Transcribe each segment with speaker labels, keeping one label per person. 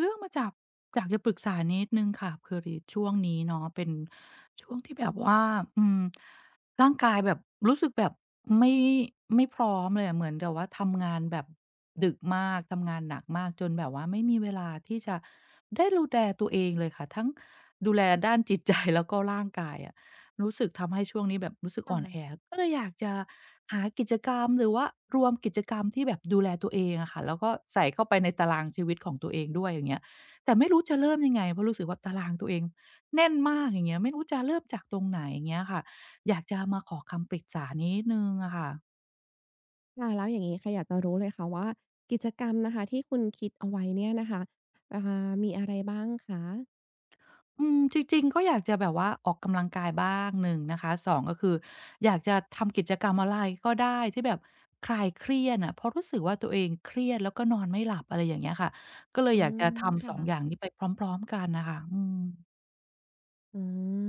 Speaker 1: เรื่องมาจากอยากจะปรึกษานิดหนึ่งค่ะคือรีช่วงนี้เนาะเป็นช่วงที่แบบว่าอืมร่างกายแบบรู้สึกแบบไม่ไม่พร้อมเลยอะเหมือนกับว่าทำงานแบบดึกมากทำงานหนักมากจนแบบว่าไม่มีเวลาที่จะได้ดูแลตัวเองเลยค่ะทั้งดูแลด้านจิตใจ แล้วก็ร่างกายอะ รู้สึกทำให้ช่วงนี้แบบรู้สึก
Speaker 2: ค่ะ
Speaker 1: อ่อนแอ
Speaker 2: ค
Speaker 1: ก็เลยอยากจะหากิจกรรมหรือว่ารวมกิจกรรมที่แบบดูแลตัวเองอะค่ะแล้วก็ใส่เข้าไปในตารางชีวิตของตัวเองด้วยอย่างเงี้ยแต่ไม่รู้จะเริ่มยังไงเพราะรู้สึกว่าตารางตัวเองแน่นมากอย่างเงี้ยไม่รู้จะเริ่มจากตรงไหนอย่างเงี้ยค่ะอยากจะมาขอคำปรึกษานิดหนึ่งอะค่ะ
Speaker 2: ่ะแล้วอย่างงี้ค่ะอยากจะรู้เลยค่ะว่ากิจกรรมนะคะที่คุณคิดเอาไว้เนี่ยนะคะอ่มีอะไรบ้างคะ
Speaker 1: จริงๆก็อยากจะแบบว่าออกกำลังกายบ้างหนึ่งนะคะสองก็คืออยากจะทำกิจกรรมอะไรก็ได้ที่แบบคลายเครียดอะเพราะรู้สึกว่าตัวเองเครียดแล้วก็นอนไม่หลับอะไรอย่างเงี้ยค่ะก็เลย
Speaker 2: อื
Speaker 1: อยาก
Speaker 2: ม
Speaker 1: จะทำสองอย่าง
Speaker 2: ค่ะ
Speaker 1: นี้ไปพร้อมๆกันน่ะค่ะ
Speaker 2: อื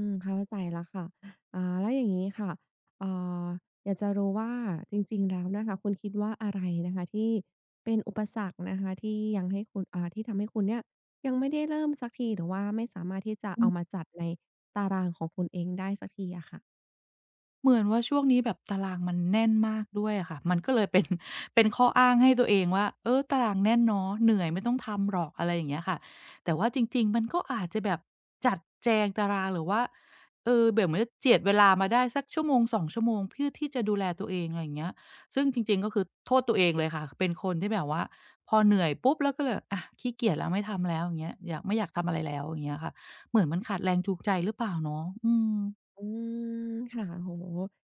Speaker 2: เข้าใจแล้วค่ะแล้วอย่างงี้ค่ะเอ่าอยากจะรู้ว่าจริงๆแล้วนะคะคุณคิดว่าอะไรนะคะที่เป็นอุปสรรคนะคะที่ยังให้คุณที่ทำให้คุณเนี่ยยังไม่ได้เริ่มสักทีหรือว่าไม่สามารถที่จะเอามาจัดในตารางของคุณเองได้สักทีอะค่ะ
Speaker 1: เหมือนว่าช่วงนี้แบบตารางมันแน่นมากด้วยอะค่ะมันก็เลยเป็น เป็นข้ออ้างให้ตัวเองว่าเออตารางแน่นเนาะเหนื่อยไม่ต้องทำหรอกอะไรอย่างเงี้ยค่ะแต่ว่าจริงๆมันก็อาจจะแบบจัดแจงตารางหรือว่าเออแบบเหมือนเจียดเวลามาได้สักชั่วโมงสองชั่วโมงเพื่อที่จะดูแลตัวเองอะไรอย่างเงี้ยซึ่งจริงๆก็คือโทษตัวเองเลยค่ะเป็นคนที่แบบว่าพอเหนื่อยปุ๊บแล้วก็เลยอะขี้เกียจแล้วไม่ทำแล้วอย่างเงี้ยอยากไม่อยากทำอะไรแล้วอย่างเงี้ยค่ะเหมือนมันขาดแรงจูงใจหรือเปล่าเนาะ
Speaker 2: อืมค่ะโอ้โฮ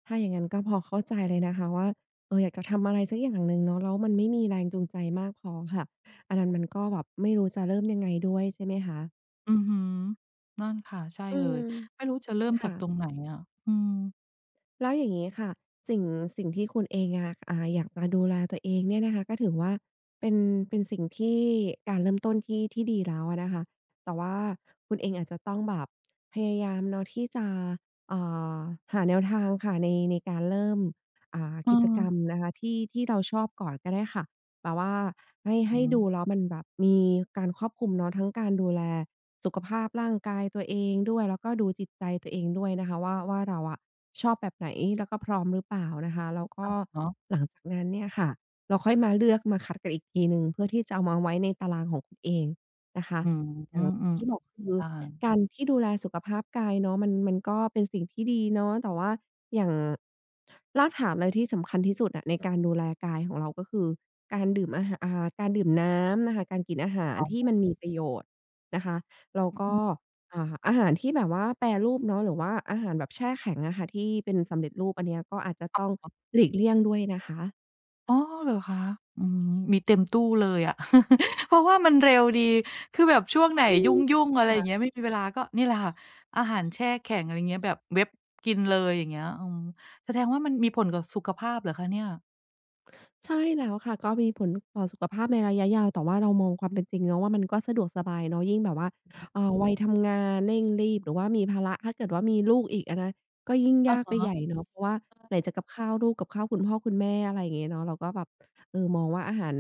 Speaker 2: ถ้าอย่างงั้นก็พอเข้าใจเลยนะคะว่าเอออยากจะทำอะไรสักอย่างหนึ่งเนาะแล้วมันไม่มีแรงจูงใจมากพอค่ะอันนั้นมันก็แบบไม่รู้จะเริ่มยังไงด้วยใช่ไหมคะ
Speaker 1: อือฮึนั่นค่ะใช่
Speaker 2: อื
Speaker 1: เล
Speaker 2: ม
Speaker 1: ยไม่รู้จะเริ่มจา
Speaker 2: ค่ะ
Speaker 1: กตรงไหนอะอืม
Speaker 2: แล้วอย่างนี้ค่ะสิ่งสิ่งที่คุณเองอะอยากจะดูแลตัวเองเนี่ยนะคะก็ถือว่าเป็นเป็นสิ่งที่การเริ่มต้นที่ดีแล้วอะนะคะแต่ว่าคุณเองอาจจะต้องแบบพยายามเนาะที่จะอ่าหาแนวทางค่ะในการเริ่ม
Speaker 1: เอ
Speaker 2: กิจก
Speaker 1: อ
Speaker 2: รรมนะคะที่เราชอบก่อนก็ได้ค่ะแบบว่าให้
Speaker 1: อื
Speaker 2: ให้
Speaker 1: ม
Speaker 2: ดูแล้วมันแบบมีการครอบคลุมเนาะทั้งการดูแล สุขภาพร่างกายตัวเองด้วยแล้วก็ดูจิตใจตัวเองด้วยนะคะว่าเราอะชอบแบบไหนแล้วก็พร้อมหรือเปล่านะคะแล้วก็
Speaker 1: เนาะ
Speaker 2: หลังจากนั้นเนี่ยค่ะเราค่อยมาเลือกมาคัดกันอีกทีหนึ่งเพื่อที่จะเอามาไว้ในตารางของคุณเองนะคะ
Speaker 1: อืม
Speaker 2: อ
Speaker 1: อื
Speaker 2: ย่าง
Speaker 1: ม
Speaker 2: ที่บอกคือ
Speaker 1: ๆได้
Speaker 2: การที่ดูแลสุขภาพกายเนาะมันก็เป็นสิ่งที่ดีเนาะแต่ว่าอย่างรากฐานเลยที่สำคัญที่สุดอะในการดูแลกายของเราก็คือการดื่มอาหาการดื่มน้ำนะคะการกินอาหาร
Speaker 1: อ๋
Speaker 2: ที่
Speaker 1: อ
Speaker 2: มันมีประโยชน์นะคะ แล้วก็
Speaker 1: อืม
Speaker 2: อ่าอาหารที่แบบว่าแปรรูปเนาะหรือว่าอาหารแบบแช่แข็งอะค่ะที่เป็นสำเร็จรูปอันเนี้ยก็อาจจะต้องหลีกเลี่ยงด้วยนะคะ
Speaker 1: อ๋อเหรอคะอืมมีเต็มตู้เลยอะ เพราะว่ามันเร็วดีคือแบบช่วงไหน
Speaker 2: อื
Speaker 1: ยุ
Speaker 2: ม
Speaker 1: ่งๆอะไรอย่างเงี้ย
Speaker 2: ค่ะ
Speaker 1: ไม่มีเวลาก็นี่แหละค่ะอาหารแช่แข็งอะไรเงี้ยแบบเว็บกินเลยอย่างเงี้ยแสดงว่ามันมีผลกับสุขภาพเหรอคะเนี่ย
Speaker 2: ใช่แล้วค่ะก็มีผลต่อสุขภาพในระยะยาวแต่ว่าเรามองความเป็นจริงเนาะว่ามันก็สะดวกสบายเนาะยิ่งแบบว่าวัยทำงานเร่งรีบหรือว่ามีภาระถ้าเกิดว่ามีลูกอีกอะนะก็ยิ่ง
Speaker 1: อะ
Speaker 2: ยากไปใหญ่
Speaker 1: ฮะ
Speaker 2: เนาะเพราะว่าไหนจะกับข้าวลูกกับข้าวคุณพ่อคุณแม่อะไรอย่างงี้เนาะเราก็แบบ เออมองว่าอาหาร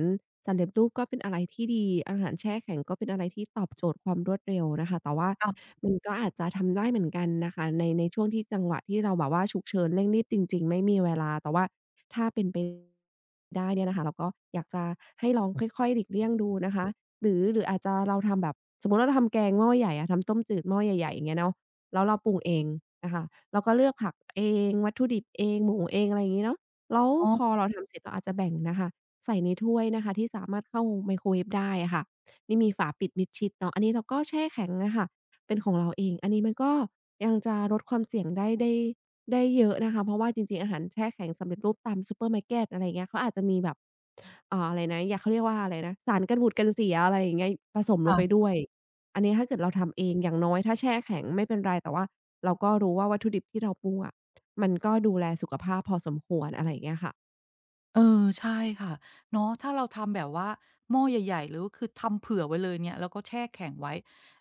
Speaker 2: สำเร็จรูปก็เป็นอะไรที่ดีอาหารแช่แข็งก็เป็นอะไรที่ตอบโจทย์ความรวดเร็วนะคะแต่ว่า
Speaker 1: ค่ะ
Speaker 2: มันก็อาจจะทำได้เหมือนกันนะคะในช่วงที่จังหวะที่เราแบบว่าฉุกเฉินเร่งรีบจริงๆไม่มีเวลาแต่ว่าถ้าเป็นไปได้เนี่ยนะคะเราก็อยากจะให้ลองค่อยๆหลีกเลี่ยงดูนะคะหรืออาจจะเราทำแบบสมมุติว่าเราทำแกงหม้อใหญ่อะทำต้มจืดหม้อใหญ่ๆอย่างเงี้ยเนาะแล้วเราปรุงเองนะคะเราก็เลือกผักเองวัตถุดิบเองหมูเองอะไรอย่างงี้เนาะแล้ว
Speaker 1: อ๋อ
Speaker 2: พอเราทำเสร็จเราอาจจะแบ่งนะคะ ใส่ในถ้วยนะคะที่สามารถเข้าไมโครเวฟได้อะค่ะนี่มีฝาปิดมิดชิดเนาะอันนี้เราก็แช่แข็งอะค่ะเป็นของเราเองอันนี้มันก็ยังจะลดความเสี่ยงได้เยอะนะคะเพราะว่าจริงๆอาหารแช่แข็งสำเร็จรูปตามซูเปอร์มาร์เกตอะไรอย่างเงี้ยเขาอาจจะมีแบบอะไรนะอยาเขาเรียกว่าอะไรนะสารกันบูดกันเสียอะไรอย่างเงี้ยผสมลงไป
Speaker 1: ค่ะ
Speaker 2: ด้วยอันนี้ถ้าเกิดเราทำเองอย่างน้อยถ้าแช่แข็งไม่เป็นไรแต่ว่าเราก็รู้ว่าวัตถุดิบที่เราปรุงอะมันก็ดูแลสุขภาพพอสมควรอะไรอย่างเงี้ยค่ะ
Speaker 1: เออใช่ค่ะเนาะถ้าเราทำแบบว่าหม้อใหญ่ๆหรือคือทำเผื่อไว้เลยเนี่ยแล้วก็แช่แข็งไว้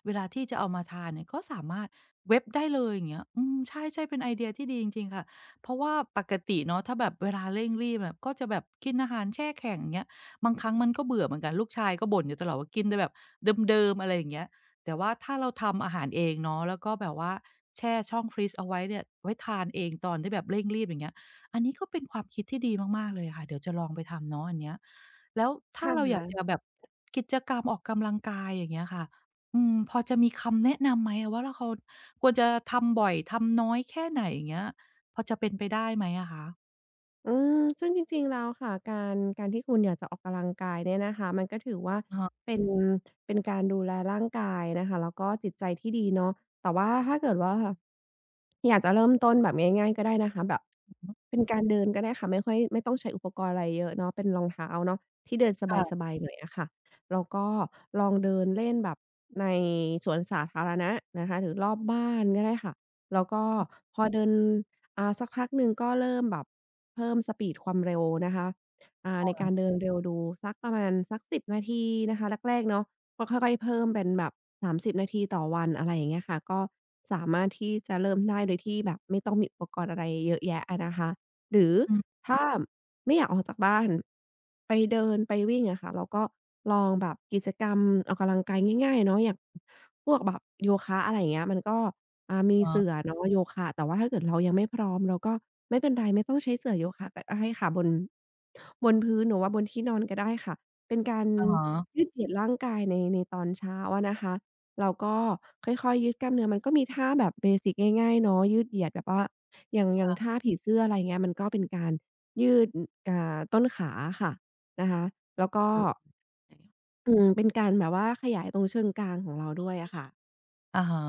Speaker 1: เวลาที่จะเอามาทานเนี่ยก็สามารถเว็บได้เลยอย่างเงี้ยใช่ๆเป็นไอเดียที่ดีจริงๆค่ะเพราะว่าปกติเนาะถ้าแบบเวลาเร่งรีบแบบก็จะแบบกินอาหารแช่แข็งอย่างเงี้ยบางครั้งมันก็เบื่อเหมือนกันลูกชายก็บ่นอยู่ตลอดว่ากินแต่แบบเดิมๆอะไรอย่างเงี้ยแต่ว่าถ้าเราทำอาหารเองเนาะแล้วก็แบบว่าแช่ช่องฟรีซเอาไว้เนี่ยไว้ทานเองตอนที่แบบเร่งรีบอย่างเงี้ย อันนี้ก็เป็นความคิดที่ดีมากๆเลยค่ะเดี๋ยวจะลองไปทำเนาะอันเนี้ยแล้วถ้า
Speaker 2: ค่
Speaker 1: เราอยากจะ
Speaker 2: ะ
Speaker 1: แบบกิจกรรมออกกำลังกายอย่างเงี้ยค่ะพอจะมีคำแนะนำไหมอะว่าเราเขาควรจะทำบ่อยทำน้อยแค่ไหนอย่างเงี้ยพอจะเป็นไปได้ไหมอะคะ
Speaker 2: อืมซึ่งจริงๆแล้วค่ะการที่คุณอยากจะออกกำลังกายเนี่ยนะคะมันก็ถือว่า
Speaker 1: อะฮะ
Speaker 2: เป็นเป็นการดูแลร่างกายนะคะแล้วก็จิตใจที่ดีเนาะแต่ว่าถ้าเกิดว่าอยากจะเริ่มต้นแบบง่ายๆก็ได้นะคะแบบเป็นการเดินก็ได้ค่ะไม่ค่อยไม่ต้องใช้อุปกรณ์อะไรเยอะเนาะเป็นรองเท้าเนาะที่เดินส
Speaker 1: ค่ะ
Speaker 2: บายๆหน่อยอะค่ะแล้วก็ลองเดินเล่นแบบในสวนสาธารณะนะคะหรือรอบบ้านก็ได้ค่ะแล้วก็พอเดินสักพักหนึ่งก็เริ่มแบบ เพิ่มสปีดความเร็วนะคะในการเดินเร็วดูสักประมาณสัก10นาทีนะคะแรกๆเนาะก็ค่อยๆเพิ่มเป็นแบบ30นาทีต่อวันอะไรอย่างเงี้ยค่ะก็สามารถที่จะเริ่มได้โดยที่แบบไม่ต้องมีอุปกรณ์อะไรเยอะแยะอะนะคะหรือ
Speaker 1: อืม
Speaker 2: ถ้าไม่อยากออกจากบ้านไปเดินไปวิ่งอะค่ะเราก็ลองแบบกิจกรรมออกกำลังกายง่ายๆเนาะอย่างพวกแบบโยคะอะไรอย่างเงี้ยมันก็ มี
Speaker 1: อะ
Speaker 2: เสื่อ
Speaker 1: ฮะ
Speaker 2: เนาะโยคะแต่ว่าถ้าเกิดเรายังไม่พร้อมเราก็ไม่เป็นไรไม่ต้องใช้เสื่อโยคะก็ได้ค่ะบนพื้นหรือว่าบนที่นอนก็ได้ค่ะเป็นการ
Speaker 1: อะฮะ
Speaker 2: ยืดเหยียดร่างกายในตอนเช้าอะนะคะเราก็ค่อยๆยืดกล้ามเนื้อมันก็มีท่าแบบเบสิกง่ายๆเนาะยืดเหยียดแบบว่าอย่างท่าผีเสื้ออะไรเงี้ยมันก็เป็นการยืดอ่าต้นขาอะค่ะนะคะแล้วก็
Speaker 1: เออ
Speaker 2: เป็นการแบบว่าขยายตรงเชิงกรานของเราด้วยอะค่ะ
Speaker 1: อะฮะ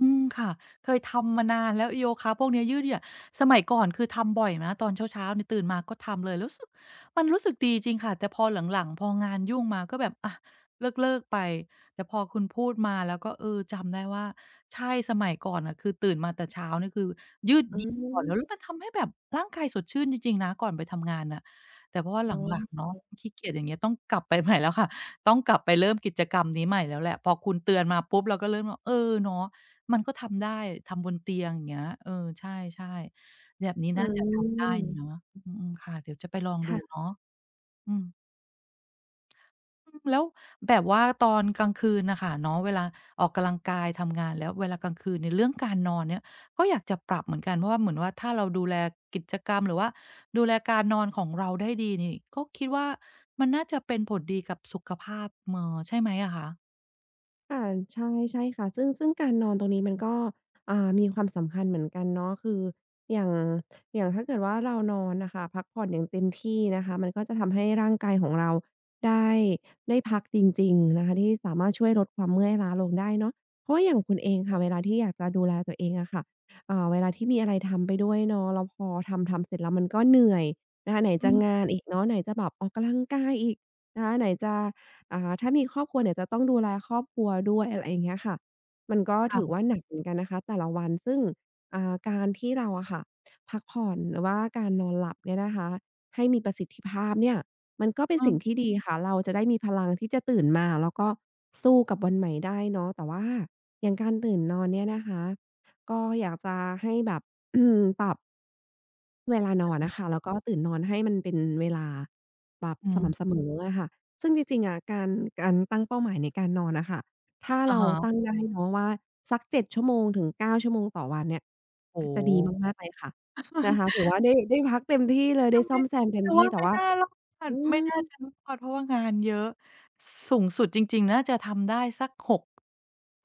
Speaker 1: อืมค่ะ เคยทำมานานแล้วโยคะพวกเนี้ยยืดเหยียดสมัยก่อนคือทำบ่อยนะตอนเช้าๆเนี่ยตื่นมาก็ทำเลยรู้สึกมันรู้สึกดีจริงค่ะแต่พอหลังๆพองานยุ่งมาก็แบบอะเลิกๆไปแต่พอคุณพูดมาแล้วก็เออจำได้ว่าใช่สมัยก่อนน่ะคือตื่นมาแต่เช้านี่คือยืด
Speaker 2: อื
Speaker 1: เหยียดก่อนแล้วแล้ว
Speaker 2: ม
Speaker 1: มันทำให้แบบร่างกายสดชื่นจริงๆนะก่อนไปทำงานน่ะแต่เพราะว่าห
Speaker 2: อ๋
Speaker 1: ลังๆเนาะ
Speaker 2: อ
Speaker 1: ขี้เกียจอย่างเงี้ยต้องกลับไปใหม่แล้วค่ะ ต้องกลับไปเริ่มกิจกรรมนี้ใหม่แล้วแหละพอคุณเตือนมาปุ๊บเราก็เริ่มว่าเออเนาะมันก็ทำได้ทำบนเตียงอย่างเงี้ยเออใช่ๆแบบนี้
Speaker 2: อื
Speaker 1: น่าจะทำได้เนาะ
Speaker 2: ม
Speaker 1: อืมๆค่ะเดี๋ยวจะไปลองดู
Speaker 2: ค่ะ
Speaker 1: เนาะอืมอืมแล้วแบบว่าตอนกลางคืนน่ะค่ะเนาะเวลาออกกำลังกายทำงานแล้วเวลากลางคืนเนี่ยเรื่องการนอนเนี่ยก็อยากจะปรับเหมือนกันเพราะว่าเหมือนว่าถ้าเราดูแลกิจกรรมหรือว่าดูแลการนอนของเราได้ดีนี่ก็คิดว่ามันน่าจะเป็นผลดีกับสุขภาพเมอใช่ไหมอะคะ
Speaker 2: ค่ะใช่ค่ะซึ่งการนอนตรงนี้มันก็มีความสำคัญเหมือนกันเนาะคืออย่างอย่างถ้าเกิดว่าเรานอนน่ะค่ะพักผ่อนอย่างเต็มที่นะคะมันก็จะทำให้ร่างกายของเราได้ได้พักจริงๆนะคะที่สามารถช่วยลดความเมื่อยล้าลงได้เนาะเพราะว่าอย่างคุณเองค่ะเวลาที่อยากจะดูแลตัวเองอะค่ะเวลาที่มีอะไรทำไปด้วยเนาะแล้วพอทำเสร็จแล้วมันก็เหนื่อยนะคะไหน
Speaker 1: อื
Speaker 2: จะ
Speaker 1: ม
Speaker 2: งานอีกเนาะไหนจะแบบออกกำลังกายอีกนะคะไหนจะ ถ้ามีครอบครัวเนี่ยจะต้องดูแลครอบครัวด้วยอะไรอย่างเงี้ยค่ะมันก็ถือ
Speaker 1: ค่ะ
Speaker 2: ว่าหนักเหมือนกันนะคะแต่ละวันซึ่งการที่เราอะค่ะพักผ่อนหรือว่าการนอนหลับเนี่ยนะคะให้มีประสิทธิภาพเนี่ยมันก็เป็น
Speaker 1: อออ
Speaker 2: สิ่งที่ดีค่ะเราจะได้มีพลังที่จะตื่นมาแล้วก็สู้กับวันใหม่ได้เนาะแต่ว่าอย่างการตื่นนอนเนี่ยนะคะก็อยากจะให้แบบ ปรับ เวลานอนนะคะแล้วก็ตื่นนอนให้มันเป็นเวลาแบบ
Speaker 1: อื
Speaker 2: สม่ำเส
Speaker 1: ม
Speaker 2: มออะค่ะซึ่งจริงๆอะการตั้งเป้าหมายในการนอนนะค่ะถ้า
Speaker 1: อะ
Speaker 2: เรา
Speaker 1: ฮะ
Speaker 2: ตั้งได้เนาะว่าสัก7ชั่วโมงถึง9ชั่วโมงต่อวันเนี่ย
Speaker 1: โอ้
Speaker 2: ก็จะดี
Speaker 1: โฮ
Speaker 2: มากๆเลยค่ะนะคะถือว่าได้พักเต็มที่เลย
Speaker 1: ยั
Speaker 2: ได้
Speaker 1: ง
Speaker 2: ซ่
Speaker 1: ไม่
Speaker 2: อมแซมเต็ม
Speaker 1: แต่
Speaker 2: ที่
Speaker 1: ว่า
Speaker 2: แต่
Speaker 1: ไม่
Speaker 2: ว่า
Speaker 1: น่ารอด
Speaker 2: อื
Speaker 1: ไม่
Speaker 2: ม
Speaker 1: น่าจะรอดเพราะว่างานเยอะสูงสุดจริงๆน่าจะทำได้สักหก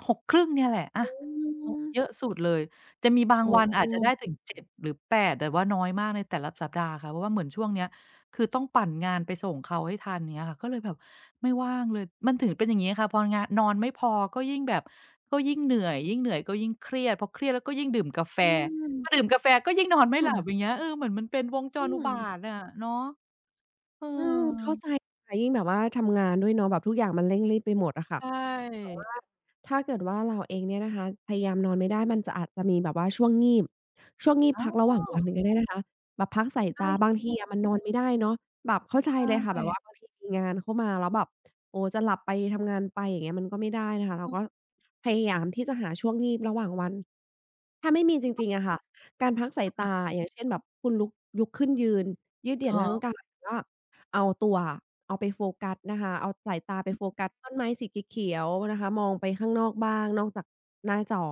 Speaker 1: 6 ครึ่งเนี่ยแหละอะโเยอะสุดเลยจะมีบาง
Speaker 2: โอ้
Speaker 1: วัน
Speaker 2: โฮ
Speaker 1: อาจจะได้ถึง
Speaker 2: ค่ะ
Speaker 1: 7หรือ8แต่ว่าน้อยมากในแต่ละสัปดาห์ค่ะเพราะว่าเหมือนช่วงเนี้ยคือต้องปั่นงานไปส่งเขาให้ทันเงี้ยค่ะก็เลยแบบไม่ว่างเลยมันถึงเป็นอย่างงี้ค่ะพองานนอนไม่พอก็ยิ่งแบบก็ยิ่งเหนื่อยยิ่งเหนื่อยก็ยิ่งเครียดพอเครียดแล้วก็ยิ่งดื่มกาแฟ
Speaker 2: อืม
Speaker 1: พอดื่มกาแฟก็ยิ่งนอนไม่หลับอย่าง
Speaker 2: ค่ะ
Speaker 1: เงี้ยเออเหมือนมันเป็นวงจ
Speaker 2: อื
Speaker 1: รอุ
Speaker 2: ม
Speaker 1: บาทอะเนาะเอ
Speaker 2: เข้าใจ
Speaker 1: อ
Speaker 2: ค่ะยิ่งแบบว่าทำงานด้วยเนาะแบบทุกอย่างมันเร่งรีบไปหมดอะ
Speaker 1: ใช
Speaker 2: ค่ะแต่
Speaker 1: ่
Speaker 2: ว่าถ้าเกิดว่าเราเองเนี่ยนะคะพยายามนอนไม่ได้มันจะอาจจะมีแบบว่าช่วงงีบ
Speaker 1: อ๋อ
Speaker 2: พักระหว่างวันก็ได้นะคะแบบพักสาย
Speaker 1: ใช่
Speaker 2: ตาบาง
Speaker 1: ๆ
Speaker 2: ทีอะมันนอนไม่ได้เนาะแบบเข้าใจ
Speaker 1: เออ
Speaker 2: เลย
Speaker 1: ค
Speaker 2: ค่ะแบบว่าบางทีมีงานเข้ามาแล้วแบบโอ้จะหลับไปทำงานไปอย่างเงี้ยมันก็ไม่ได้นะคะเราก็
Speaker 1: ่ะ
Speaker 2: พยายามที่จะหาช่วงงีบระหว่างวันถ้าไม่มีจริงๆอะค่ะการพักสาย
Speaker 1: อะฮะ
Speaker 2: ตาอย่างเช่นแบบคุณลุกขึ้นยืนยืดเหยียด
Speaker 1: ค่
Speaker 2: ร่างกายหรือว่า เอาตัวเอาไปโฟกัสนะคะเอาสายตาไปโฟกัสต้นไม้สีเขียวๆนะคะมองไปข้างนอกบ้างนอกจากหน้าจอ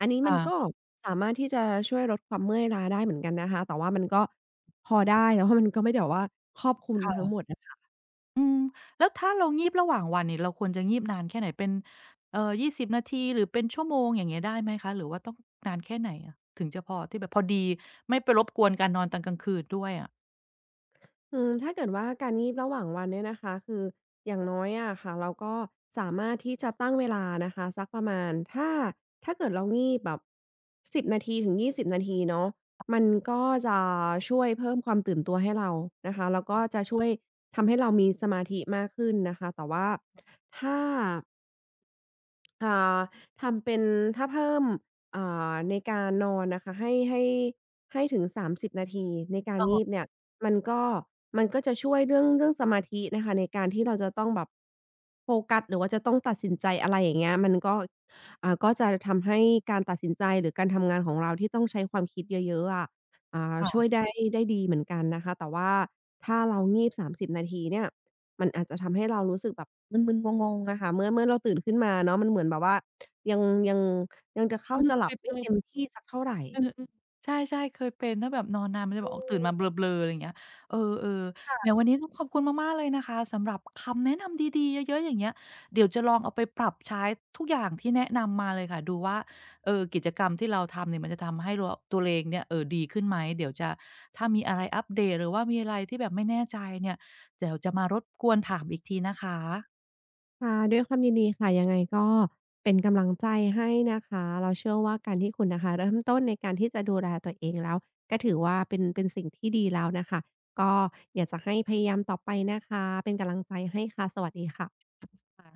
Speaker 2: อันนี้มัน
Speaker 1: ะ
Speaker 2: ก็สามารถที่จะช่วยลดความเมื่อยล้าได้เหมือนกันนะคะ แต่ว่ามันก็พอได้แต่ว่ามันก็ไม่ได้แบบว่าครอบคลุมทั้ง
Speaker 1: ค่ะ
Speaker 2: หมดอะ
Speaker 1: อืมแล้วถ้าเรางีบระหว่างวันนี่เราควรจะงีบนานแค่ไหนเป็นเอ่อ20นาทีหรือเป็นชั่วโมงอย่างเงี้ยได้ไหมคะหรือว่าต้องนานแค่ไหนอะถึงจะพอที่แบบพอดีไม่ไปรบกวนการนอนตอนกลางคืนด้วยอะ
Speaker 2: ถ้าเกิดว่าการงีบระหว่างวันเนี่ยนะคะคืออย่างน้อยอะค่ะเราก็สามารถที่จะตั้งเวลานะคะสักประมาณถ้าเกิดเรางีบแบบ10นาทีถึง20นาทีเนาะมันก็จะช่วยเพิ่มความตื่นตัวให้เรานะคะแล้วก็จะช่วยทำให้เรามีสมาธิมากขึ้นนะคะแต่ว่าถ้า อ่าทำเป็นถ้าเพิ่มอ่ในการนอนนะคะให้ถึง30 นาทีในการ
Speaker 1: อะฮะ
Speaker 2: งีบเนี่ยมันก็มันก็จะช่วยเรื่องสมาธินะคะในการที่เราจะต้องแบบโฟกัสหรือว่าจะต้องตัดสินใจอะไรอย่างเงี้ยมันก็ก็จะทำให้การตัดสินใจหรือการทำงานของเราที่ต้องใช้ความคิดเยอะๆอะช่ว
Speaker 1: ค่ะ
Speaker 2: ยได้ดีเหมือนกันนะคะแต่ว่าถ้าเรางีบ30นาทีเนี่ย มันอาจจะทำให้เรารู้สึกแบบมึนๆงงๆอะค่ะเมื่อเราตื่นขึ้นมาเนาะมันเหมือนแบบว่ายังยังยังจะ
Speaker 1: เอ
Speaker 2: เข้า
Speaker 1: อ
Speaker 2: จะห
Speaker 1: เค
Speaker 2: ลับ
Speaker 1: ยเจ
Speaker 2: ไม่
Speaker 1: อ
Speaker 2: เต็มที่สักเท่าไร
Speaker 1: เออๆใช่ๆเคยเป็นถ้าแบบนอนนานมันจะแบ
Speaker 2: อื
Speaker 1: บออกตื่น
Speaker 2: ม
Speaker 1: มาเบลอๆอะไรอย่างเงี้ยเออๆแหมวันนี้ต้องขอบคุณมากๆเลยนะคะสำหรับคำแนะนำดีๆเยอะๆอย่างเงี้ยเดี๋ยวจะลองเอาไปปรับใช้ทุกอย่างที่แนะนำมาเลยค่ะดูว่ากิจกรรมที่เราทำเนี่ยมันจะทำให้รัวตัวเองเนี่ยดีขึ้นไหมเดี๋ยวจะถ้ามีอะไรอัปเดตหรือว่ามีอะไรที่แบบไม่แน่ใจเนี่ยเดี๋ยวจะมารบกวนถามอีกทีนะคะ
Speaker 2: ค่ะด้วยความยินดีค่ะยังไงก็เป็นกำลังใจให้นะคะเราเชื่อว่าการที่คุณนะคะเริ่มต้นในการที่จะดูแลตัวเองแล้วก็ถือว่าเป็นสิ่งที่ดีแล้วน่ะค่ะก็อยากจะให้พยายามต่อไปนะคะเป็นกำลังใจให้ค่ะสวัสดีค่ะ
Speaker 1: ค่ะ